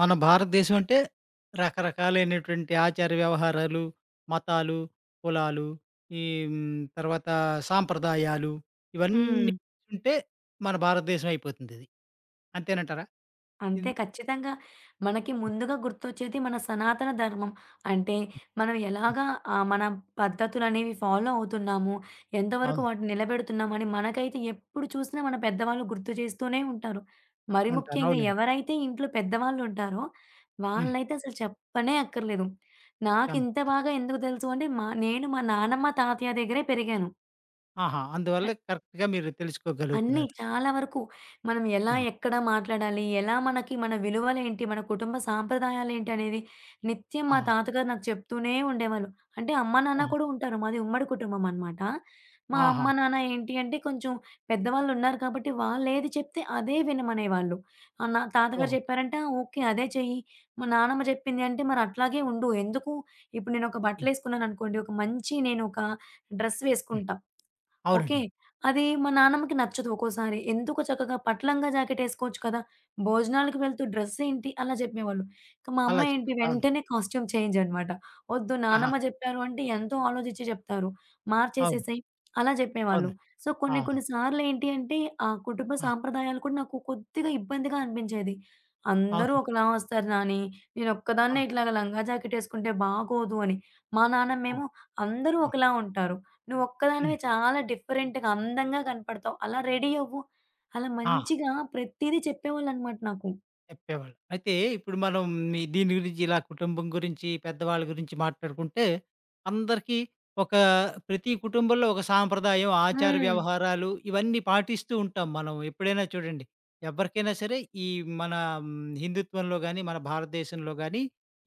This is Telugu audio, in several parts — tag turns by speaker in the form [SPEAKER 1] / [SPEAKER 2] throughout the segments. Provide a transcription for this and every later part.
[SPEAKER 1] మన భారతదేశం అంటే రకరకాలైనటువంటి ఆచార వ్యవహారాలు, మతాలు, కులాలు, ఈ తర్వాత సాంప్రదాయాలు
[SPEAKER 2] హ్మ్.
[SPEAKER 1] ఇవన్నీ ఉంటే మన భారతదేశం అయిపోతుందిది. అంతేనంటారా? ఇన్
[SPEAKER 2] అంతే ఖచ్చితంగా. మనకి ముందుగా గుర్తొచ్చేది మన సనాతన ధర్మం. అంటే మనం ఎలాగా మన పద్ధతులనేవి ఫాలో అవుతున్నాము, ఎంతవరకు
[SPEAKER 1] అవును.
[SPEAKER 2] వాటిని నిలబెడుతున్నాము అని మనకైతే ఎప్పుడు చూసినా మన పెద్దవాళ్ళు గుర్తు చేస్తూనే ఉంటారు. మరి
[SPEAKER 1] ఉంటారు.
[SPEAKER 2] ముఖ్యంగా
[SPEAKER 1] అవునండి.
[SPEAKER 2] ఎవరైతే ఇంట్లో పెద్దవాళ్ళు ఉంటారో
[SPEAKER 1] హ్మ్.
[SPEAKER 2] వాళ్ళైతే అసలు చెప్పనే అక్కర్లేదు.
[SPEAKER 1] ఎం
[SPEAKER 2] నాకింత బాగా ఎందుకు తెలుసు అంటే మా నానమ్మ, తాతయ్య దగ్గరే పెరిగాను.
[SPEAKER 1] ఆహా! అందువల్ల కరెక్ట్‌గా మీరు
[SPEAKER 2] అన్నీ.
[SPEAKER 1] తెలుసుకోగలుగుతున్నారు.
[SPEAKER 2] చాలా వరకు. మనం ఎలా,
[SPEAKER 1] ఆహా!
[SPEAKER 2] ఎక్కడ మాట్లాడాలి, ఎలా మనకి మన విలువలేంటి, మన కుటుంబ సాంప్రదాయాలేంటి అనేది నిత్యం మా
[SPEAKER 1] ఆహా!
[SPEAKER 2] తాతగారు నాకు చెప్తూనే ఉండేవాళ్ళు. అంటే అమ్మా, నాన్న కూడా
[SPEAKER 1] ఆహా!
[SPEAKER 2] ఉంటారు. మాది ఉమ్మడి కుటుంబం అనమాట. మా అమ్మ,
[SPEAKER 1] ఆహా!
[SPEAKER 2] నాన్న ఏంటి అంటే కొంచెం పెద్దవాళ్ళున్నారు కాబట్టి వాళ్ళేది చెప్తే అదే వినమనేవాళ్ళు. నా తాతగారు
[SPEAKER 1] ఓహో!
[SPEAKER 2] చెప్పారంటే ఆ! ఓకే. అదే చెయ్యి. మా నానమ్మ చెప్పింది అంటే మరి అట్లాగే ఉండు. ఎందుకు ఇప్పుడు నేనొక
[SPEAKER 1] హ్మ్.
[SPEAKER 2] బట్టలేసుకున్నాననుకోండి, ఒక మంచి నేనొక డ్రెస్
[SPEAKER 1] హ్మ్.
[SPEAKER 2] వేసుకుంటా. ఓకే.
[SPEAKER 1] అవునండి.
[SPEAKER 2] అది మా నానమ్మకి నచ్చదు ఒక్కోసారి. ఎందుకు చక్కగా పట్టు లంగా జాకెటేసుకోవచ్చు కదా! భోజనాలకు వెళ్తూ డ్రెస్సేంటి అలా చెప్పేవాళ్ళు. ఇంక మా అమ్మ
[SPEAKER 1] అలా
[SPEAKER 2] ఏంటి
[SPEAKER 1] చెప్పారు. అవును.
[SPEAKER 2] వెంటనే కాస్ట్యూమ్ చేంజ్ అనమాట. వద్దు
[SPEAKER 1] ఆహా!
[SPEAKER 2] నానమ్మ చెప్పారు అంటే ఎంతో ఆలోచించి చెప్తారు.
[SPEAKER 1] అవును.
[SPEAKER 2] మార్చేసేసేయి అలా చెప్పేవాళ్ళు.
[SPEAKER 1] అవును.
[SPEAKER 2] సో, కొన్ని
[SPEAKER 1] ఆహా!
[SPEAKER 2] కొన్ని సార్లేంటి అంటే ఆ కుటుంబ
[SPEAKER 1] ఆ!
[SPEAKER 2] సాంప్రదాయాలు కూడా నాకు కొద్దిగా ఇబ్బందిగా అనిపించేది. అందరూ
[SPEAKER 1] అవును.
[SPEAKER 2] ఒకలా వస్తారు నాని,
[SPEAKER 1] ఆ!
[SPEAKER 2] నేనొక్కదాన్నే ఇట్లాగా లంగా జాకెటేసుకుంటే బాగోదు అని. మా నానమ్మేమో
[SPEAKER 1] అవును.
[SPEAKER 2] అందరూ
[SPEAKER 1] ఆ! హ్మ్. ఆ!
[SPEAKER 2] ఒకలా ఉంటారు. నువ్వొక్కదానివే
[SPEAKER 1] హ్మ్.
[SPEAKER 2] చాలా డిఫరెంట్‌గా, అందంగా కనపడతావు. అలా రెడీ అవ్వు. అలా
[SPEAKER 1] ఆ!
[SPEAKER 2] మంచిగా ప్రతీదీ చెప్పేవాళ్ళనమాట నాకు.
[SPEAKER 1] చెప్పేవాళ్ళు. అయితే ఇప్పుడు మనం మీ దీని గురించి ఇలా కుటుంబం గురించి, పెద్దవాళ్ళ గురించి మాట్లాడుకుంటే అందరికీ ఒక ప్రతి కుటుంబంలో ఒక సాంప్రదాయం, ఆచార
[SPEAKER 2] హ్మ్.
[SPEAKER 1] వ్యవహారాలు ఇవన్నీ పాటిస్తూ ఉంటాం మనం. ఎప్పుడైనా చూడండి ఎవరికైనా సరే ఈ మన హిందుత్వంలో గాని, మన భారతదేశంలో గాని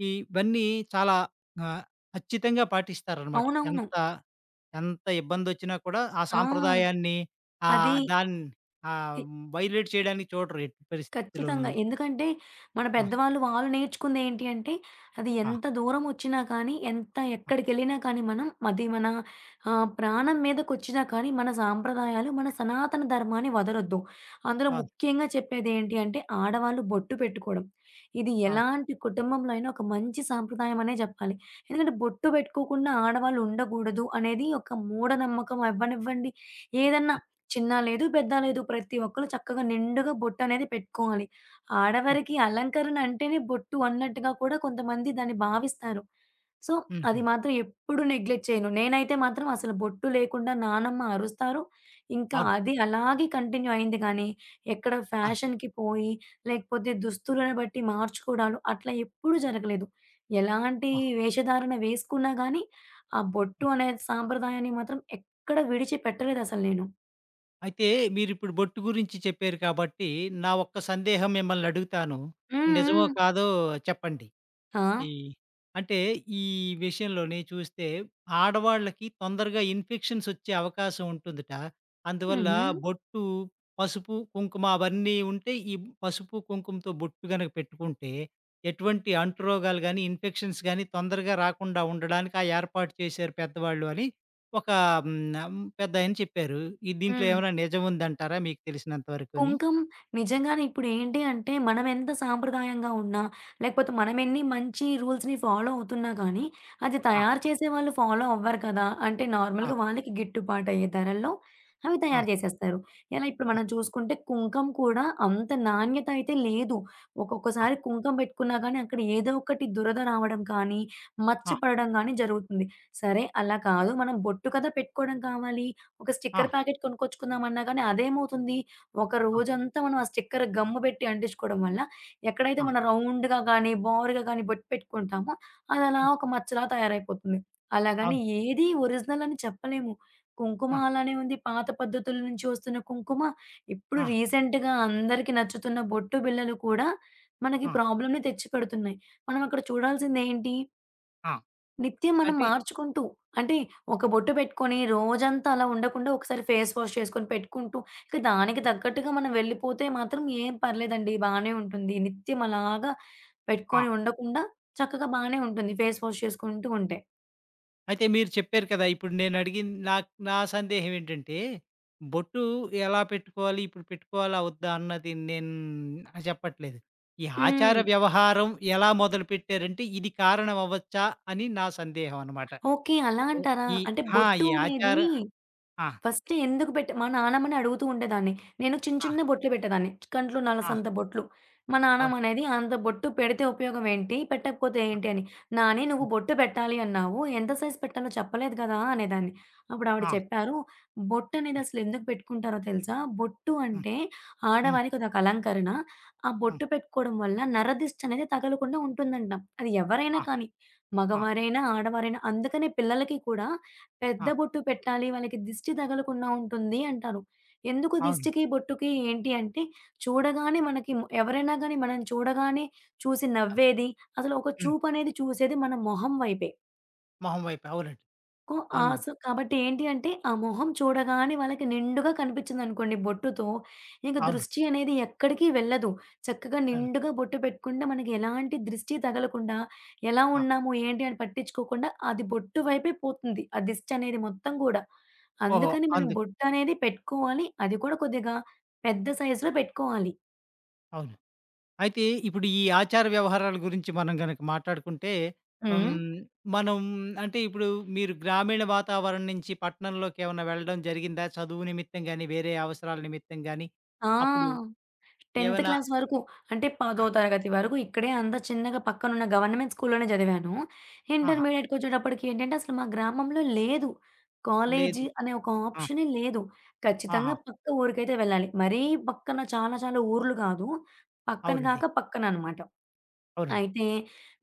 [SPEAKER 1] ఇవన్నీ చాలా ఆహ్, ఖచ్చితంగా పాటిస్తారనమాట.
[SPEAKER 2] అవునవును.
[SPEAKER 1] ఎంత ఇబ్బందొచ్చినా కూడా ఆ
[SPEAKER 2] ఆ!
[SPEAKER 1] సాంప్రదాయాన్ని
[SPEAKER 2] అది.
[SPEAKER 1] దాన్ని ఆహ్, వైలేట్ చేయడానికి చూడరు ఎట్టి
[SPEAKER 2] ఖచ్చితంగా.
[SPEAKER 1] పరిస్థితిలోనూను.
[SPEAKER 2] ఎందుకంటే, మన
[SPEAKER 1] ఆ!
[SPEAKER 2] పెద్దవాళ్ళు వాళ్ళు నేర్చుకుందేంటి అంటే, అది
[SPEAKER 1] ఆ!
[SPEAKER 2] ఎంత దూరమొచ్చినా కానీ, ఎంత
[SPEAKER 1] ఆ!
[SPEAKER 2] ఎక్కడికెళ్ళినా కానీ మనం అది మన ప్రాణం మీదకొచ్చినా కానీ, మన సాంప్రదాయాలు, మన సనాతన ధర్మాన్ని వదలొద్దు. అందులో
[SPEAKER 1] అవును.
[SPEAKER 2] ముఖ్యంగా చెప్పేదేంటి అంటే, ఆడవాళ్ళు బొట్టు పెట్టుకోవడం. ఇది
[SPEAKER 1] అవును.
[SPEAKER 2] ఎలాంటి కుటుంబంలో అయినా ఒక మంచి సాంప్రదాయం అనే జెప్పాలి. ఎందుకంటే, బొట్టు పెట్టుకోకుండా ఆడవాళ్ళు ఉండకూడదు అనేది ఒక మూఢనమ్మకం అవ్వనివ్వండి, ఏదన్నా
[SPEAKER 1] హ్మ్.
[SPEAKER 2] చిన్న లేదు, పెద్ద లేదు. ప్రతి ఒక్కళ్ళు చక్కగా నిండుగా బొట్టనేది పెట్టుకోవాలి.
[SPEAKER 1] హ్మ్.
[SPEAKER 2] ఆడవారికి అలంకరణ అంటేనే బొట్టు అన్నట్టుగా కూడా కొంతమంది దాన్ని భావిస్తారు. సో, అది
[SPEAKER 1] హుహు.
[SPEAKER 2] మాత్రం ఎప్పుడు నెగ్లెక్ట్ చేయను. నేనైతే మాత్రం అసలు బొట్టు లేకుండా నానమ్మ అరుస్తారు. ఇంకా
[SPEAKER 1] అవును.
[SPEAKER 2] అది అలాగే కంటిన్యూ అయింది గానీ, ఎక్కడ
[SPEAKER 1] ఆ!
[SPEAKER 2] ఫ్యాషన్‌కి పోయి, లేకపోతే దుస్తులను బట్టి మార్చుకోవడాలు అట్లా ఎప్పుడూ జరగలేదు. ఎలాంటి
[SPEAKER 1] ఆ!
[SPEAKER 2] వేషధారణ వేసుకున్నా గానీ, ఆ బొట్టు అనే సాంప్రదాయాన్ని మాత్రం ఎక్కడ విడిచిపెట్టలేదసలు నేను.
[SPEAKER 1] అయితే మీరిప్పుడు బొట్టు గురించి చెప్పారు కాబట్టి, నా ఒక్క సందేహం మిమ్మల్ని అడుగుతాను.
[SPEAKER 2] సు
[SPEAKER 1] నిజమో కాదో చెప్పండి.
[SPEAKER 2] తా
[SPEAKER 1] ఈ అంటే ఈ విషయంలోనే చూస్తే ఆడవాళ్ళకి తొందరగా ఇన్ఫెక్షన్స్ వచ్చే అవకాశం ఉంటుందట.
[SPEAKER 2] ఇదె ను ఉా
[SPEAKER 1] అందువల్ల
[SPEAKER 2] ఢదాల ఇదవకరట దిశడి
[SPEAKER 1] బొట్టు, పసుపు, కుంకుమ అవన్నీ ఉంటే ఈ పసుపు, కుంకుమతో బొట్టు గనక పెట్టుకుంటే ఎటువంటి అంటురోగాలు గానీ, ఇన్ఫెక్షన్స్ గానీ తొందరగా రాకుండా ఉండడానికి ఆ ఏర్పాటు చేశారు పెద్దవాళ్ళు అని ఒక పెద్దాయన చెప్పారు. ఈ
[SPEAKER 2] యా ఉదర
[SPEAKER 1] దీంట్లో
[SPEAKER 2] కరాచఢి.
[SPEAKER 1] ఏమైనా నిజం ఉందంటారా మీకు తెలిసినంత వరకుని?
[SPEAKER 2] కుంకం నిజంగానే ఇప్పుడేంటి అంటే, మనమెంత సాంప్రదాయంగా ఉన్నా, లేకపోతే
[SPEAKER 1] ఆ!
[SPEAKER 2] మనమెన్ని మంచి రూల్స్‌ని ఫాలో అవుతున్నా కానీ, అది
[SPEAKER 1] ఆ!
[SPEAKER 2] తయారు చేసేవాళ్ళు ఫాలో అవ్వరు కదా! అంటే
[SPEAKER 1] ఆ!
[SPEAKER 2] నార్మల్‌గా వాళ్ళకి గిట్టుబాటయ్యే ధరల్లో అవి
[SPEAKER 1] ఆ!
[SPEAKER 2] తయారు చేసేస్తారు. ఎలా ఇప్పుడు మనం చూసుకుంటే కుంకం కూడా అంత నాణ్యత అయితే లేదు.
[SPEAKER 1] ఆ!
[SPEAKER 2] ఒక్కొక్కసారి కుంకం పెట్టుకున్నా గానీ, అక్కడ ఏదో ఒకటి దురద రావడం కానీ, మచ్చ
[SPEAKER 1] ఆ!
[SPEAKER 2] పడడం గానీ జరుగుతుంది. సరే అలా కాదు మనం బొట్టు కదా పెట్టుకోవడం కావాలి. ఒక
[SPEAKER 1] ఆ!
[SPEAKER 2] స్టిక్కర్ ప్యాకెట్ కొనుక్కొచ్చుకుందామన్నా గానీ అదేమవుతుంది? ఒక
[SPEAKER 1] ఆ!
[SPEAKER 2] రోజంతా మనం ఆ స్టిక్కర్ గమ్ పెట్టి అంటించుకోవడం వల్ల, ఎక్కడైతే
[SPEAKER 1] ఆ!
[SPEAKER 2] మనం రౌండ్‌గా గానీ, బారుగా గానీ బొట్టు పెట్టుకుంటామో అది అలా
[SPEAKER 1] హ్మ్.
[SPEAKER 2] ఒక మచ్చలా తయారైపోతుంది. అలాగని
[SPEAKER 1] అవును.
[SPEAKER 2] ఏది ఒరిజినల్ అని చెప్పలేము. కుంకుమ
[SPEAKER 1] ఆ!
[SPEAKER 2] అలానే ఉంది. పాత పద్ధతుల నుంచి వస్తున్న కుంకుమ, ఇప్పుడు
[SPEAKER 1] ఆ!
[SPEAKER 2] రీసెంట్‌గా అందరికీ నచ్చుతున్న బొట్టు బిళ్ళలు కూడా మనకి
[SPEAKER 1] ఆ!
[SPEAKER 2] ప్రాబ్లమ్‌ని తెచ్చిపెడుతున్నాయి. మనం అక్కడ చూడాల్సిందేంటి?
[SPEAKER 1] ఆ!
[SPEAKER 2] నిత్యం మనం
[SPEAKER 1] అంటే
[SPEAKER 2] మార్చుకుంటూ అంటే ఒక బొట్టు పెట్టుకొని రోజంతా అలా ఉండకుండా ఒకసారి ఫేస్ వాష్ చేసుకొని పెట్టుకుంటూ ఇక దానికి తగ్గట్టుగా మనం వెళ్ళిపోతే మాత్రం ఏం పర్లేదండి. బానే ఉంటుంది. నిత్యం అలాగా
[SPEAKER 1] ఆ!
[SPEAKER 2] పెట్టుకొని ఉండకుండా చక్కగా బానే ఉంటుంది ఫేస్ వాష్ చేసుకుంటూ ఉంటే.
[SPEAKER 1] అయితే మీరు చెప్పారు కదా! ఇప్పుడు నేను అడిగింది నాకు నా సందేహం ఏంటంటే, బొట్టు ఎలా పెట్టుకోవాలి? ఇప్పుడు పెట్టుకోవాలా? వద్దా? అన్నది నేను చెప్పట్లేదు. ఈ ఆచార
[SPEAKER 2] హ్మ్.
[SPEAKER 1] వ్యవహారం ఎలా మొదలుపెట్టారంటే, ఇది కారణం అవ్వచ్చా? అని నా సందేహం అనమాట.
[SPEAKER 2] ఓకే. అలా
[SPEAKER 1] ఓహ్!
[SPEAKER 2] అంటారా? అంటే
[SPEAKER 1] హ్మ్. ఆ!
[SPEAKER 2] బొట్టు
[SPEAKER 1] ఈ
[SPEAKER 2] అనేది
[SPEAKER 1] ఆచార ఆ!
[SPEAKER 2] ఫస్ట్ ఎందుకు మా నానమ్మని అడుగుతూ ఉండేదాన్ని. నేను చిన్న
[SPEAKER 1] ఆ!
[SPEAKER 2] చిన్న బొట్లు పెట్టేదాన్ని. కంట్లో
[SPEAKER 1] ఆ!
[SPEAKER 2] నలసంత బొట్లు. మా
[SPEAKER 1] అవును.
[SPEAKER 2] నానమ్మనేది, "అంత బొట్టు పెడితే ఉపయోగం ఏంటి? పెట్టకపోతే
[SPEAKER 1] ఆ!
[SPEAKER 2] ఏంటి?" అని. "నాని నువ్వు
[SPEAKER 1] హ్మ్.
[SPEAKER 2] బొట్టు పెట్టాలి అన్నావు. ఎంత సైజ్ పెట్టాలో చెప్పలేదు కదా!" అనేదాన్ని. అప్పుడు ఆవిడ
[SPEAKER 1] ఆ!
[SPEAKER 2] చెప్పారు, "బొట్టనేది
[SPEAKER 1] హ్మ్.
[SPEAKER 2] అసలెందుకు పెట్టుకుంటారో తెలుసా? బొట్టు
[SPEAKER 1] హ్మ్.
[SPEAKER 2] అంటే
[SPEAKER 1] హ్మ్.
[SPEAKER 2] ఆడవారికి అదొక అలంకరణ. ఆ
[SPEAKER 1] హ్మ్.
[SPEAKER 2] బొట్టు పెట్టుకోవడం వల్ల నరదిష్టనేది తగలకుండా ఉంటుందంట. అది ఎవరైనా
[SPEAKER 1] ఆ!
[SPEAKER 2] కానీ
[SPEAKER 1] ఆ!
[SPEAKER 2] మగవారైనా, ఆడవారైనా. అందుకనే పిల్లలకి కూడా పెద్ద
[SPEAKER 1] ఆ!
[SPEAKER 2] బొట్టు పెట్టాలి. వాళ్ళకి దిష్టి తగలకుండా ఉంటుంది అంటారు. ఎందుకు
[SPEAKER 1] అవును.
[SPEAKER 2] దిష్టికి, బొట్టుకి ఏంటి అంటే చూడగానే మనకి ఎవరైనా గాని మనం చూడగానే చూసి
[SPEAKER 1] అవును.
[SPEAKER 2] నవ్వేది, అసలు ఒక
[SPEAKER 1] హ్మ్.
[SPEAKER 2] చూపనేది చూసేది మన మొహం వైపే.
[SPEAKER 1] మొహం వైపు. అవునండి. అవును.
[SPEAKER 2] సో, కాబట్టి ఏంటి అంటే, ఆ మొహం చూడగానే వాళ్ళకి నిండుగా కనిపించిందనుకోండి బొట్టుతో, ఇంక
[SPEAKER 1] అవును.
[SPEAKER 2] దృష్టి అనేది ఎక్కడికి వెళ్ళదు. చక్కగా
[SPEAKER 1] అవును.
[SPEAKER 2] నిండుగా బొట్టు పెట్టుకుంటే మనకి ఎలాంటి దృష్టి తగలకుండా, ఎలా
[SPEAKER 1] ఆ!
[SPEAKER 2] ఉన్నాము, ఏంటి అని పట్టించుకోకుండా అది బొట్టు వైపే పోతుంది. ఆ దిష్టి అనేది మొత్తం గూడా.
[SPEAKER 1] ఓహో!
[SPEAKER 2] అందుకని మనం
[SPEAKER 1] అందు
[SPEAKER 2] బొట్టనేది పెట్టుకోవాలి. అది కూడా కొద్దిగా పెద్ద సైజులో పెట్టుకోవాలి.
[SPEAKER 1] అవును. అయితే ఇప్పుడు ఈ ఆచార వ్యవహారాల గురించి మనం గనక మాట్లాడుకుంటే, హ్మ్,
[SPEAKER 2] హ్మ్.
[SPEAKER 1] మనం అంటే ఇప్పుడు మీరు గ్రామీణ వాతావరణం నుంచి పట్టణంలోకి ఏమన్నా వెళ్ళడం జరిగిందా? చదువు నిమిత్తం గాని, వేరే అవసరాల నిమిత్తం గాని,
[SPEAKER 2] ఆ!
[SPEAKER 1] అప్పుడు
[SPEAKER 2] 10థ్
[SPEAKER 1] ఏమైనా
[SPEAKER 2] క్లాస్ వరకు. అంటే, 10థ్ తరగతి వరకు ఇక్కడే అంతా చిన్నగా పక్కనున్న గవర్నమెంట్ స్కూల్‌లోనే చదివాను.
[SPEAKER 1] ఆహా!
[SPEAKER 2] ఇంటర్మీడియేట్‌కొచ్చేటప్పటికి ఏంటంటే, అసలు మా గ్రామంలో లేదు. కాలేజీ
[SPEAKER 1] లేదు.
[SPEAKER 2] అనే ఒక
[SPEAKER 1] ఆ!
[SPEAKER 2] ఆప్షనే లేదు. ఖచ్చితంగా
[SPEAKER 1] ఆహా!
[SPEAKER 2] పక్క ఊరికైతే వెళ్ళాలి. మరీ పక్కన చాలా చాలా ఊర్లు కాదు. పక్కన
[SPEAKER 1] అవునండి.
[SPEAKER 2] కాక పక్కన అనమాట.
[SPEAKER 1] అవునండి.
[SPEAKER 2] అయితే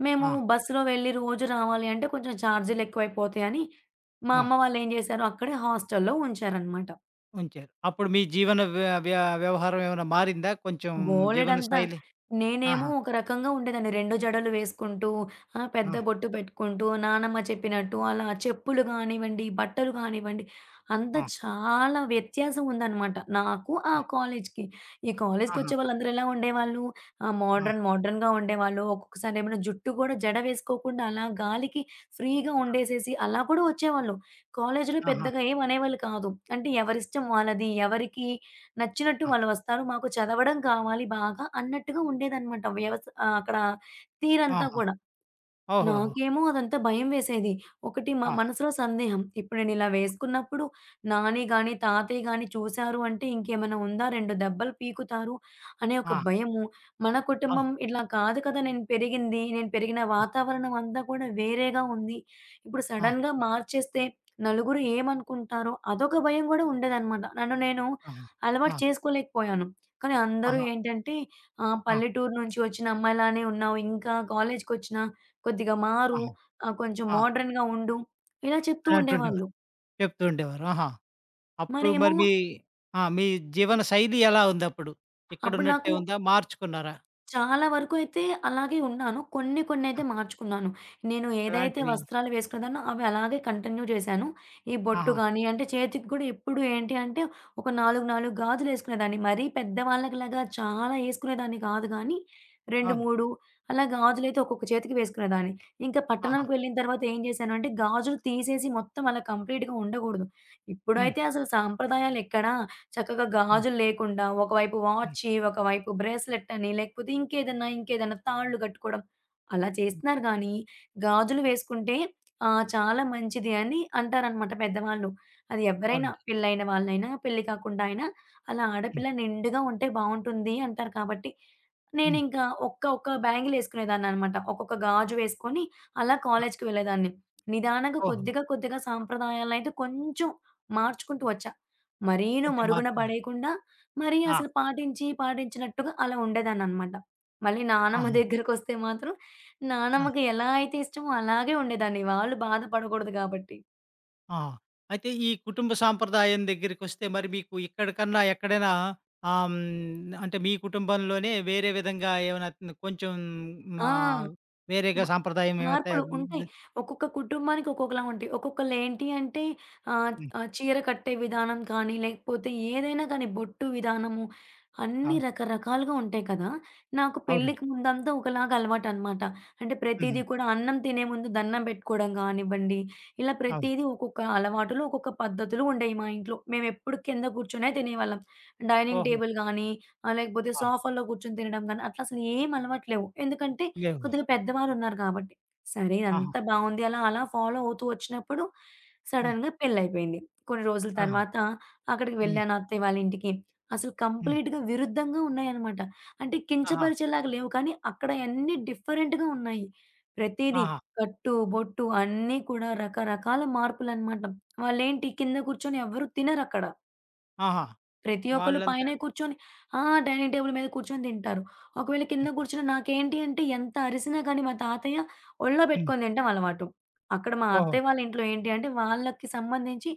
[SPEAKER 2] మేము
[SPEAKER 1] ఆ!
[SPEAKER 2] బస్సులో వెళ్ళి రోజు రావాలి అంటే కొంచెం ఛార్జీలు ఎక్కువైపోతాయని, మా
[SPEAKER 1] ఆ!
[SPEAKER 2] అమ్మ వాళ్ళేం చేశారు, అక్కడే హాస్టల్‌లో ఉంచారనమాట.
[SPEAKER 1] ఉంచారు. అప్పుడు మీ జీవన వ్య వ్య వ్యవహారం ఏమైనా మారిందా? కొంచెం జీవన
[SPEAKER 2] బోలెడంతా.
[SPEAKER 1] శైలి?
[SPEAKER 2] నేనేమో
[SPEAKER 1] ఆహా!
[SPEAKER 2] ఒక రకంగా ఉండేదాన్ని. 2 జడలు వేసుకుంటూ, ఆ! పెద్ద
[SPEAKER 1] ఆ!
[SPEAKER 2] బొట్టు పెట్టుకుంటూ, నానమ్మ చెప్పినట్టు అలా చెప్పులు గానివ్వండి, బట్టలు గానివ్వండి, అంతా
[SPEAKER 1] ఆ!
[SPEAKER 2] చాలా వ్యత్యాసం ఉందనమాట నాకు, ఆ
[SPEAKER 1] ఆ!
[SPEAKER 2] కాలేజ్‌కి. ఈ
[SPEAKER 1] ఆహా!
[SPEAKER 2] కాలేజ్‌కొచ్చే వాళ్ళందరూ ఎలా ఉండేవాళ్ళు, ఆ!
[SPEAKER 1] ఆ!
[SPEAKER 2] మోడర్న్ మోడర్న్‌గా ఉండేవాళ్ళు. ఒక్కొక్కసారి ఏమైనా జుట్టు కూడా జడ వేసుకోకుండా అలా గాలికి ఫ్రీగా ఉండేసేసి అలా కూడా వచ్చేవాళ్ళు. కాలేజ్‌లో
[SPEAKER 1] ఆహా!
[SPEAKER 2] పెద్దగా ఏం అనేవాళ్ళు కాదు. అంటే ఎవరిష్టం వాళ్ళది, ఎవరికి నచ్చినట్టు
[SPEAKER 1] ఆ!
[SPEAKER 2] వాళ్ళు వస్తారు. మాకు చదవడం కావాలి బాగా అన్నట్టుగా ఉండేదనమాట అక్కడ తీరంతా
[SPEAKER 1] ఆహా!
[SPEAKER 2] కూడా.
[SPEAKER 1] ఓహోహో!
[SPEAKER 2] నాకేమో అదంతా భయం వేసేది. ఒకటి
[SPEAKER 1] ఆ!
[SPEAKER 2] మనసులో సందేహం. ఇప్పుడు నేనిలా వేసుకున్నప్పుడు నాని గాని, తాతయ్య గాని చూసారు అంటే ఇంకేమైనా ఉందా? 2 దెబ్బలు పీకుతారు అనే ఒక
[SPEAKER 1] ఆ!
[SPEAKER 2] భయము. మన
[SPEAKER 1] ఆ! ఆ!
[SPEAKER 2] కుటుంబం ఇలా కాదు కదా! నేను పెరిగింది. నేను పెరిగిన వాతావరణం అంతా కూడా వేరేగా ఉంది. ఇప్పుడు
[SPEAKER 1] ఆ!
[SPEAKER 2] సడెన్‌గా మార్చేస్తే నలుగురు ఏమనుకుంటారో అదొక భయం గూడా ఉండేదనమాట. నన్ను నేను
[SPEAKER 1] ఆహా!
[SPEAKER 2] అలవాటు
[SPEAKER 1] ఆ!
[SPEAKER 2] చేసుకోలేకపోయాను. కానీ అందరూ
[SPEAKER 1] ఆహా!
[SPEAKER 2] ఏంటంటే, "ఆ!
[SPEAKER 1] ఆ!
[SPEAKER 2] పల్లెటూరు నుంచి వచ్చిన అమ్మాయిలానే ఉన్నావు. ఇంకా కాలేజ్‌కొచ్చినా కొద్దిగా మారు.
[SPEAKER 1] ఆహా!
[SPEAKER 2] కొంచెం
[SPEAKER 1] ఆ!
[SPEAKER 2] మోడర్న్‌గా ఉండు. ఇలా చెప్తూ
[SPEAKER 1] అని అంటుండేవారు.
[SPEAKER 2] ఉండేవాళ్ళు.
[SPEAKER 1] చెప్తూ ఉండేవారు. ఆహా! అప్పుడు
[SPEAKER 2] మరేమో
[SPEAKER 1] మరి ఆ! మీ జీవన శైలి ఎలా ఉందప్పుడు?
[SPEAKER 2] అప్పుడు
[SPEAKER 1] ఇక్కడున్నట్టే
[SPEAKER 2] నాకు
[SPEAKER 1] ఉందా? మార్చుకున్నారా?
[SPEAKER 2] చాలా వరకు అయితే అలాగే ఉన్నాను. కొన్ని
[SPEAKER 1] ఆ!
[SPEAKER 2] కొన్నైతే మార్చుకున్నాను. నేను ఏదైతే
[SPEAKER 1] ఎలాంటివి?
[SPEAKER 2] వస్త్రాలు వేసుకునేదాన్నో అవి అలాగే కంటిన్యూ చేశాను. ఈ బొట్టు
[SPEAKER 1] ఆహా!
[SPEAKER 2] గాని, అంటే చేతికి కూడా ఎప్పుడు ఏంటి అంటే ఒక 4, 4 గాజులేసుకునేదాన్ని. మరీ పెద్దవాళ్ళకిలాగా చాలా ఏసుకునేదాన్ని కాదు గానీ 2,
[SPEAKER 1] అవును.
[SPEAKER 2] 3 అలా గాజులైతే ఒక్కొక్క చేతికి వేసుకునేదాన్ని. ఇంకా
[SPEAKER 1] ఆహా!
[SPEAKER 2] పట్టణంకి వెళ్ళిన తర్వాత ఏం చేశానంటే గాజులు తీసేసి మొత్తం అలా కంప్లీట్‌గా ఉండకూడదు.
[SPEAKER 1] హ్మ్.
[SPEAKER 2] ఇప్పుడైతే అసలు సాంప్రదాయాలెక్కడా? చక్కగా
[SPEAKER 1] హ్మ్.
[SPEAKER 2] గాజులు లేకుండా ఒకవైపు
[SPEAKER 1] హ్మ్.
[SPEAKER 2] వాచి, ఒకవైపు బ్రేస్‌లెట్ అని లేకపోతే ఇంకేదన్నా, ఇంకేదన్నా తాళ్ళు కట్టుకోవడం అలా
[SPEAKER 1] హ్మ్.
[SPEAKER 2] చేస్తున్నారు గానీ, గాజులు వేసుకుంటే చాలా మంచిది అని అంటారనమాట పెద్దవాళ్ళు. అది ఎవ్వరైనా
[SPEAKER 1] అవునండి.
[SPEAKER 2] పెళ్లైన వాళ్ళైనా, పెళ్లి కాకుండా అయినా అలా
[SPEAKER 1] హ్మ్.
[SPEAKER 2] ఆడపిల్ల నిండుగా ఉంటే బావుంటుంది అంటారు కాబట్టి,
[SPEAKER 1] హ్మ్.
[SPEAKER 2] నేనింకా ఒక్క ఒక్క బ్యాంగిలేసుకునేదాన్ననమాట. ఒక్కొక్క గాజు వేసుకొని అలా
[SPEAKER 1] ఆ!
[SPEAKER 2] కాలేజ్‌కి వెళ్ళేదాన్ని. నిదానంగా
[SPEAKER 1] ఓహో!
[SPEAKER 2] కొద్దిగా కొద్దిగా సాంప్రదాయాలనైతే కొంచెం మార్చుకుంటూ వచ్చా. మరీను
[SPEAKER 1] కొంచెం
[SPEAKER 2] మరుగున
[SPEAKER 1] మార్చారు.
[SPEAKER 2] పడేయకుండా, మరీ
[SPEAKER 1] ఆ!
[SPEAKER 2] అసలు పాటించి, పాటించినట్టుగా అలా ఉండేదాన్ననమాట. మళ్ళీ నానమ్మ
[SPEAKER 1] ఆహా!
[SPEAKER 2] దగ్గరకొస్తే మాత్రం,
[SPEAKER 1] ఆ!
[SPEAKER 2] నానమ్మకి ఎలా అయితే ఇష్టమో అలాగే ఉండేదాన్ని. వాళ్ళు బాధపడకూడదు గాబట్టి.
[SPEAKER 1] ఆహా! అయితే ఈ కుటుంబ సాంప్రదాయం దగ్గరికొస్తే మరి మీకు ఇక్కడికన్నా ఎక్కడైనా అంటే మీ కుటుంబంలోనే వేరే విధంగా ఏమైనా కొంచెం
[SPEAKER 2] ఆ!
[SPEAKER 1] మా వేరేగా సాంప్రదాయం ఏమైతే
[SPEAKER 2] మార్పులు ఉంటాయి. ఒక్కొక్క కుటుంబానికి ఒక్కొక్కలా ఉంటాయి. ఒక్కొక్కళ్ళేంటి అంటే ఆహ్,
[SPEAKER 1] హ్మ్.
[SPEAKER 2] ఆహ్, చీర కట్టే విధానం కానీ, లేకపోతే ఏదైనా కానీ బొట్టు విధానము అన్నీ
[SPEAKER 1] అవును.
[SPEAKER 2] రకరకాలుగా ఉంటాయి కదా! నాకు
[SPEAKER 1] అవునండి.
[SPEAKER 2] పెళ్ళికి ముందంతా ఒకలాగా అలవాటనమాట. అంటే
[SPEAKER 1] హుహు.
[SPEAKER 2] ప్రతీదీ కూడా అన్నం తినే ముందు దండం పెట్టుకోవడం కానివ్వండి, ఇలా
[SPEAKER 1] అవును.
[SPEAKER 2] ప్రతీదీ ఒక్కొక్క అలవాటులు, ఒక్కొక్క పద్ధతులు ఉండేయి మా ఇంట్లో. మేమెప్పుడు కింద కూర్చునే తినేవాళ్ళం. డైనింగ్
[SPEAKER 1] ఓహో!
[SPEAKER 2] టేబుల్ గానీ, లేకపోతే
[SPEAKER 1] ఆ!
[SPEAKER 2] సోఫాలో కూర్చొని తినడం గానీ, అట్లా అసలు ఏం అలవాటు లేవు. ఎందుకంటే
[SPEAKER 1] లేవు.
[SPEAKER 2] కొద్దిగా పెద్దవాళ్ళున్నారు కాబట్టి. సరే
[SPEAKER 1] ఆహా!
[SPEAKER 2] ఇదంతా బావుంది. అలా అలా ఫాలో అవుతూ వచ్చినప్పుడు
[SPEAKER 1] హ్మ్.
[SPEAKER 2] సడెన్‌గా పెళ్లయిపోయింది. కొన్ని రోజుల
[SPEAKER 1] ఆహా!
[SPEAKER 2] తర్వాత అక్కడికి
[SPEAKER 1] హ్మ్.
[SPEAKER 2] వెళ్ళాను అత్తయ్య వాళ్ళ ఇంటికి. అసలు
[SPEAKER 1] హ్మ్.
[SPEAKER 2] కంప్లీట్‌గా విరుద్ధంగా ఉన్నాయన్నమాట. అంటే
[SPEAKER 1] ఆహా!
[SPEAKER 2] కించపరిచేలాగా లేవు కానీ అక్కడ అన్నీ డిఫరెంట్‌గా ఉన్నాయి. ప్రతీదీ
[SPEAKER 1] ఆహా!
[SPEAKER 2] కట్టు, బొట్టు అన్నీ కూడా రకరకాల మార్పులన్నమాట. వాళ్ళేంటి కింద కూర్చొని ఎవ్వరు తినరక్కడ.
[SPEAKER 1] ఆహా!
[SPEAKER 2] ప్రతి ఒక్కళ్ళు
[SPEAKER 1] వాళ్ళంతా
[SPEAKER 2] పైనే కూర్చొని ఆ! డైనింగ్ టేబుల్ మీద కూర్చొని తింటారు. ఒకవేళ కింద
[SPEAKER 1] తింటారు.
[SPEAKER 2] కూర్చున్న నాకేంటి అంటే ఎంత అరిసినా కానీ మా తాతయ్య ఒళ్ళో
[SPEAKER 1] హ్మ్.
[SPEAKER 2] పెట్టుకొని తినటం అలవాటు. అక్కడ మా
[SPEAKER 1] ఓహో!
[SPEAKER 2] అత్తయ్య వాళ్ళ ఇంట్లో ఏంటి అంటే వాళ్ళకి సంబంధించి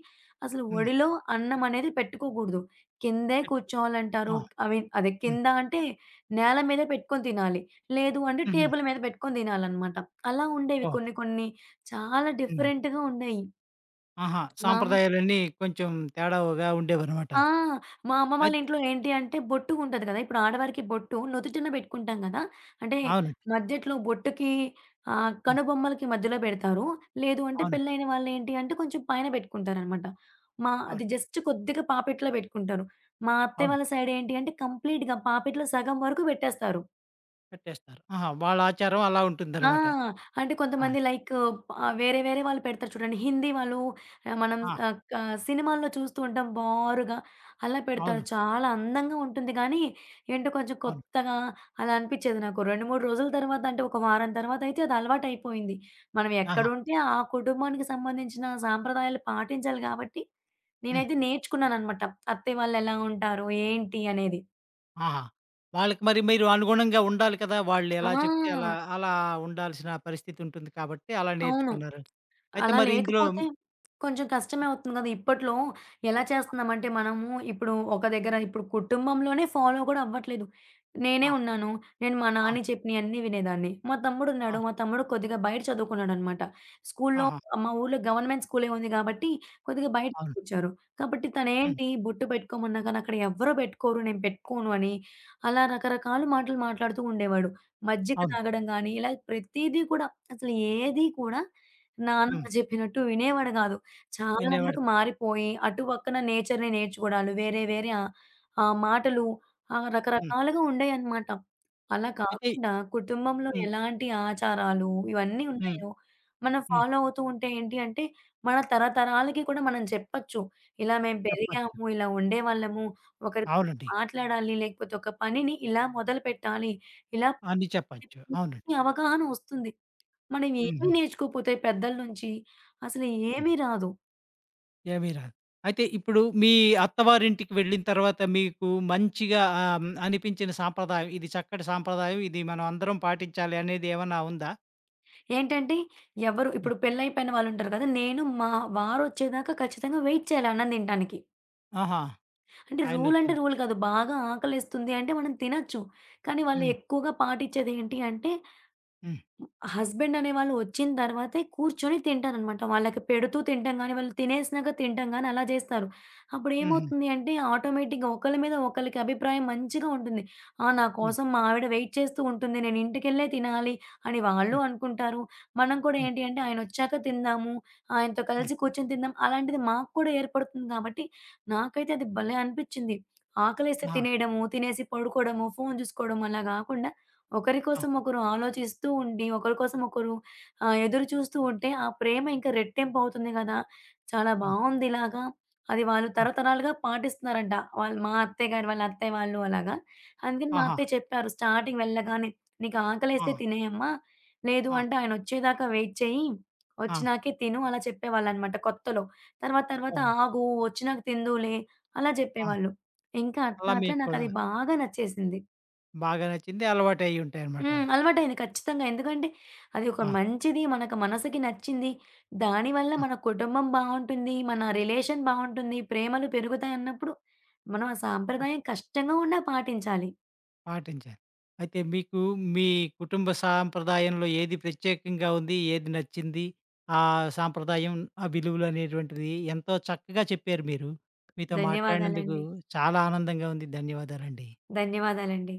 [SPEAKER 2] అసలు
[SPEAKER 1] హ్మ్.
[SPEAKER 2] ఒడిలో అన్నం అనేది పెట్టుకోకూడదు. కిందే
[SPEAKER 1] పెట్టుకో
[SPEAKER 2] కూర్చోవాలంటారు.
[SPEAKER 1] ఆ!
[SPEAKER 2] ఐ మీన్ అదే
[SPEAKER 1] హ్మ్.
[SPEAKER 2] కింద అంటే నేల మీద పెట్టుకొని తినాలి. లేదు అంటే
[SPEAKER 1] హుహు.
[SPEAKER 2] టేబుల్ మీద పెట్టుకొని తినాలనమాట. అలా ఉండేవి
[SPEAKER 1] ఓహో!
[SPEAKER 2] కొన్ని కొన్ని చాలా
[SPEAKER 1] హ్మ్.
[SPEAKER 2] డిఫరెంట్‌గా ఉండేయి.
[SPEAKER 1] ఆహా!
[SPEAKER 2] మా అమ్మ
[SPEAKER 1] సాంప్రదాయాలన్నీ కొంచెం తేడాగా ఉండేవన్నమాట.
[SPEAKER 2] ఆ! మా అమ్మ వాళ్ళ
[SPEAKER 1] అయితే
[SPEAKER 2] ఇంట్లో ఏంటి అంటే బొట్టు ఉంటది కదా! ఇప్పుడు ఆడవారికి బొట్టు నుదుటిన పెట్టుకుంటాం కదా! అంటే
[SPEAKER 1] అవునండి.
[SPEAKER 2] మధ్యట్లో బొట్టుకి
[SPEAKER 1] హ్మ్.
[SPEAKER 2] కనుబొమ్మలకి మధ్యలో పెడతారు. లేదు అంటే
[SPEAKER 1] అవును.
[SPEAKER 2] పెళ్ళైన వాళ్ళు ఏంటి అంటే కొంచెం పైన పెట్టుకుంటారనమాట. మా అది
[SPEAKER 1] అవును.
[SPEAKER 2] జస్ట్ కొద్దిగా పాపెట్లో పెట్టుకుంటారు. మా అత్తయ్య
[SPEAKER 1] అవును.
[SPEAKER 2] వాళ్ళ సైడ్ ఏంటి అంటే కంప్లీట్‌గా పాపెట్లో సగం వరకు పెట్టేస్తారు.
[SPEAKER 1] పెట్టేస్తారు. ఆహా! వాళ్ళ ఆచారం అలా
[SPEAKER 2] ఆ!
[SPEAKER 1] ఉంటుందనమాట.
[SPEAKER 2] అంటే
[SPEAKER 1] ఆ!
[SPEAKER 2] కొంతమంది లైక్ వేరే వేరే వాళ్ళు పెడతారు చూడండి. హిందీ వాళ్ళు ఆహ్, మనం
[SPEAKER 1] ఆ!
[SPEAKER 2] ఆహ్, క సినిమాల్లో చూస్తూ ఉంటాం బారుగా అలా పెడతారు.
[SPEAKER 1] అవును.
[SPEAKER 2] చాలా అందంగా ఉంటుంది గానీ, ఏంటో కొంచెం
[SPEAKER 1] అవును.
[SPEAKER 2] కొత్తగా అలా అనిపిచ్చేది నాకు. 2, 3 రోజుల తర్వాత అంటే ఒక వారం తర్వాత అయితే అది అలవాటయిపోయింది. మనం
[SPEAKER 1] ఆహా!
[SPEAKER 2] ఎక్కడుంటే ఆ కుటుంబానికి సంబంధించిన సాంప్రదాయాలు పాటించాలి కాబట్టి,
[SPEAKER 1] హ్మ్.
[SPEAKER 2] నేనైతే నేర్చుకున్నాననమాట. అత్తయ్య వాళ్ళెలా ఉంటారు? ఏంటి? అనేది.
[SPEAKER 1] ఆహా! వాళ్ళకి మరి మీరు అనుగుణంగా ఉండాలి కదా! వాళ్ళు ఎలా చెప్తే అలా,
[SPEAKER 2] ఆ!
[SPEAKER 1] అలా ఉండాల్సిన పరిస్థితి ఉంటుంది కాబట్టి అలా
[SPEAKER 2] అవును.
[SPEAKER 1] నేర్చుకున్నారు. అయితే
[SPEAKER 2] అలా
[SPEAKER 1] మరి ఇందులో
[SPEAKER 2] లేకపోతే కొంచెం కష్టమే అవుతుంది గదా! ఇప్పట్లో ఎలా చేస్తున్నామంటే మనము ఇప్పుడు ఒక దగ్గర ఇప్పుడు కుటుంబంలోనే ఫాలో గూడా అవ్వట్లేదు. నేనే
[SPEAKER 1] ఆ!
[SPEAKER 2] ఉన్నాను. నేను మా
[SPEAKER 1] ఆ!
[SPEAKER 2] నాన్న చెప్పినయన్నీ వినేదాన్ని. మా
[SPEAKER 1] ఆ!
[SPEAKER 2] తమ్ముడున్నాడు. మా తమ్ముడు కొద్దిగా బయట చదువుకున్నాడనమాట. స్కూల్లో
[SPEAKER 1] ఆహా!
[SPEAKER 2] మా ఊర్లో గవర్నమెంట్ స్కూలే ఉంది గాబట్టి కొద్దిగా బయట
[SPEAKER 1] అవును.
[SPEAKER 2] చదివిచ్చారు. కాబట్టి
[SPEAKER 1] హ్మ్.
[SPEAKER 2] తనేంటి బొట్టు పెట్టుకోమన్నా కానీ అక్కడ ఎవ్వరు పెట్టుకోరు. నేను పెట్టుకోను అని అలా రకరకాల మాటలు మాట్లాడుతూ ఉండేవాడు. మజ్జిగ
[SPEAKER 1] అవును.
[SPEAKER 2] తాగడం గానీ ఇలా ప్రతీదీ కూడా అసలు ఏది కూడా నాన్నమ్మ
[SPEAKER 1] హ్మ్.
[SPEAKER 2] జెప్పినట్టు వినేవాడు గాదు. చాలా
[SPEAKER 1] వినేవాడు
[SPEAKER 2] వరకు
[SPEAKER 1] కాదు.
[SPEAKER 2] మారిపోయి, అటు పక్కన నేచర్‌ని నేర్చుకోవడాలు, వేరే వేరే ఆహ్, ఆహ్, మాటలు
[SPEAKER 1] హ్మ్.
[SPEAKER 2] రకరకాలుగా ఉండేయన్నమాట. అలా
[SPEAKER 1] అయితే
[SPEAKER 2] కాకుండా కుటుంబంలో
[SPEAKER 1] హ్మ్.
[SPEAKER 2] ఎలాంటి ఆచారాలు ఇవన్నీ
[SPEAKER 1] హ్మ్.
[SPEAKER 2] ఉన్నాయో, మనం
[SPEAKER 1] హ్మ్.
[SPEAKER 2] ఫాలో అవుతూ ఉంటే ఏంటి అంటే, మన తరతరాలకి కూడా మనం చెప్పొచ్చు. ఇలా మేము
[SPEAKER 1] చెప్పచ్చు.
[SPEAKER 2] పెరిగాము, ఇలా ఉండేవాళ్ళము, ఒకరితో
[SPEAKER 1] అవునండి.
[SPEAKER 2] మాట్లాడాలి, లేకపోతే ఒక పనిని ఇలా మొదలుపెట్టాలి, ఇలా
[SPEAKER 1] అన్నీ చెప్పచ్చు. అవునండి.
[SPEAKER 2] పూర్తి అవగాహన వస్తుంది. మనం ఏమి
[SPEAKER 1] హుహు.
[SPEAKER 2] నేర్చుకోకపోతే పెద్దల నుంచి అసలు
[SPEAKER 1] హ్మ్.
[SPEAKER 2] ఏమీ రాదు.
[SPEAKER 1] ఏమీ రాదు. అయితే ఇప్పుడు మీ అత్తవారింటికి వెళ్ళిన తర్వాత మీకు మంచిగా అనిపించిన సాంప్రదాయం, ఇది చక్కటి సాంప్రదాయం, ఇది మనం అందరం పాటించాలి అనేది ఏమన్నా ఉందా?
[SPEAKER 2] ఏంటంటే ఎవరు ఇప్పుడు పెళ్లయిపోయిన వాళ్ళుంటారు కదా! నేను మా వారొచ్చేదాకా ఖచ్చితంగా వెయిట్ చేయాలి అన్నం తినటానికి.
[SPEAKER 1] ఆహా!
[SPEAKER 2] అంటే రూల్ అంటే
[SPEAKER 1] ఆయనొచ్చింది.
[SPEAKER 2] రూల్ కాదు. బాగా ఆకలేస్తుంది అంటే మనం తినొచ్చు. కానీ వాళ్ళు
[SPEAKER 1] హ్మ్.
[SPEAKER 2] ఎక్కువగా పాటించేదేంటి అంటే
[SPEAKER 1] హ్మ్.
[SPEAKER 2] హస్బెండ్ అనేవాళ్ళు వచ్చిన తర్వాతే కూర్చొని తింటారనమాట. వాళ్ళకి పెడుతూ తింటాం గానీ, వాళ్ళు తినేసినాక తింటాం గానీ అలా జేస్తారు.
[SPEAKER 1] హుహు.
[SPEAKER 2] అప్పుడేమవుతుంది అంటే ఆటోమేటిక్‌గా ఒకళ్ళ మీద ఒకళ్ళకి అభిప్రాయం మంచిగా ఉంటుంది. ఆ! నా
[SPEAKER 1] హ్మ్.
[SPEAKER 2] కోసం మా ఆవిడ వెయిట్ చేస్తూ ఉంటుంది. నేను ఇంటికెళ్ళే తినాలి అని వాళ్ళు
[SPEAKER 1] హ్మ్.
[SPEAKER 2] అనుకుంటారు. మనం కూడా
[SPEAKER 1] హ్మ్.
[SPEAKER 2] ఏంటి అంటే ఆయనొచ్చాక తిందాము, ఆయనతో
[SPEAKER 1] హ్మ్.
[SPEAKER 2] కలిసి కూర్చొని తిందాం అలాంటిది మాకు కూడా ఏర్పడుతుంది గాబట్టి, నాకైతే అది భలే అనిపిచ్చింది. ఆకలేస్తే
[SPEAKER 1] ఆ!
[SPEAKER 2] తినేయడము, తినేసి పడుకోవడము, ఫోను జూసుకోవడం అలా గాకుండా ఒకరి
[SPEAKER 1] ఆ!
[SPEAKER 2] కోసం ఒకరు ఆలోచిస్తూ ఉండి, ఒకరి కోసం ఒకరు ఎదురు చూస్తూ ఉంటే ఆ ప్రేమ ఇంకా రెట్టింపు అవుతుంది గదా! చాలా
[SPEAKER 1] అవును.
[SPEAKER 2] బావుంది ఇలాగా. అది వాళ్ళు
[SPEAKER 1] అవును.
[SPEAKER 2] తరతరాలుగా పాటిస్తున్నారంట. వాళ్ళు మా అత్తయ్య గారు వాళ్ళ అత్తయ్య వాళ్ళు అలాగా. అందుకని మా
[SPEAKER 1] ఆహా!
[SPEAKER 2] అత్తయ్య చెప్పారు స్టార్టింగ్ వెళ్ళగానే, "నీకు
[SPEAKER 1] ఆ!
[SPEAKER 2] ఆకలేస్తే తినేయమ్మా. లేదు
[SPEAKER 1] ఆ!
[SPEAKER 2] అంటే ఆయనొచ్చేదాకా వెయిట్ చెయ్యి.
[SPEAKER 1] ఆ!
[SPEAKER 2] వచ్చినాకే తిను" అలా చెప్పేవాళ్ళనమాట కొత్తలో. తర్వాత తర్వాత
[SPEAKER 1] ఓహో!
[SPEAKER 2] "ఆగు వచ్చినాక తిందువులే" అలా
[SPEAKER 1] ఆ!
[SPEAKER 2] జెప్పేవాళ్ళు. ఇంకా అట్లా
[SPEAKER 1] అలా
[SPEAKER 2] అట్లా
[SPEAKER 1] మీకు కూడా
[SPEAKER 2] నాకది బాగా నచ్చేసింది.
[SPEAKER 1] బాగా నచ్చింది. అలవాటయ్యుంటాయనమాట.
[SPEAKER 2] హ్మ్. అలవాటయింది ఖచ్చితంగా. ఎందుకంటే అది ఒక
[SPEAKER 1] ఆ!
[SPEAKER 2] మంచిది, మనకు మనసుకి నచ్చింది. దానివల్ల
[SPEAKER 1] ఆ!
[SPEAKER 2] మన కుటుంబం బావుంటుంది, మన రిలేషన్ బావుంటుంది, ప్రేమలు పెరుగుతాయన్నప్పుడు మనం ఆ సాంప్రదాయం కష్టంగా ఉన్నా పాటించాలి.
[SPEAKER 1] పాటించారు. అయితే మీకు మీ కుటుంబ సాంప్రదాయంలో ఏది ప్రత్యేకంగా ఉంది? ఏది నచ్చింది? ఆ సాంప్రదాయం, ఆ విలువలనేటువంటిది ఎంతో చక్కగా చెప్పారు మీరు. మీతో మాట్లాడినందుకు
[SPEAKER 2] ధన్యవాదాలండి.
[SPEAKER 1] చాలా ఆనందంగా ఉంది. ధన్యవాదాలండి.
[SPEAKER 2] ధన్యవాదాలండి.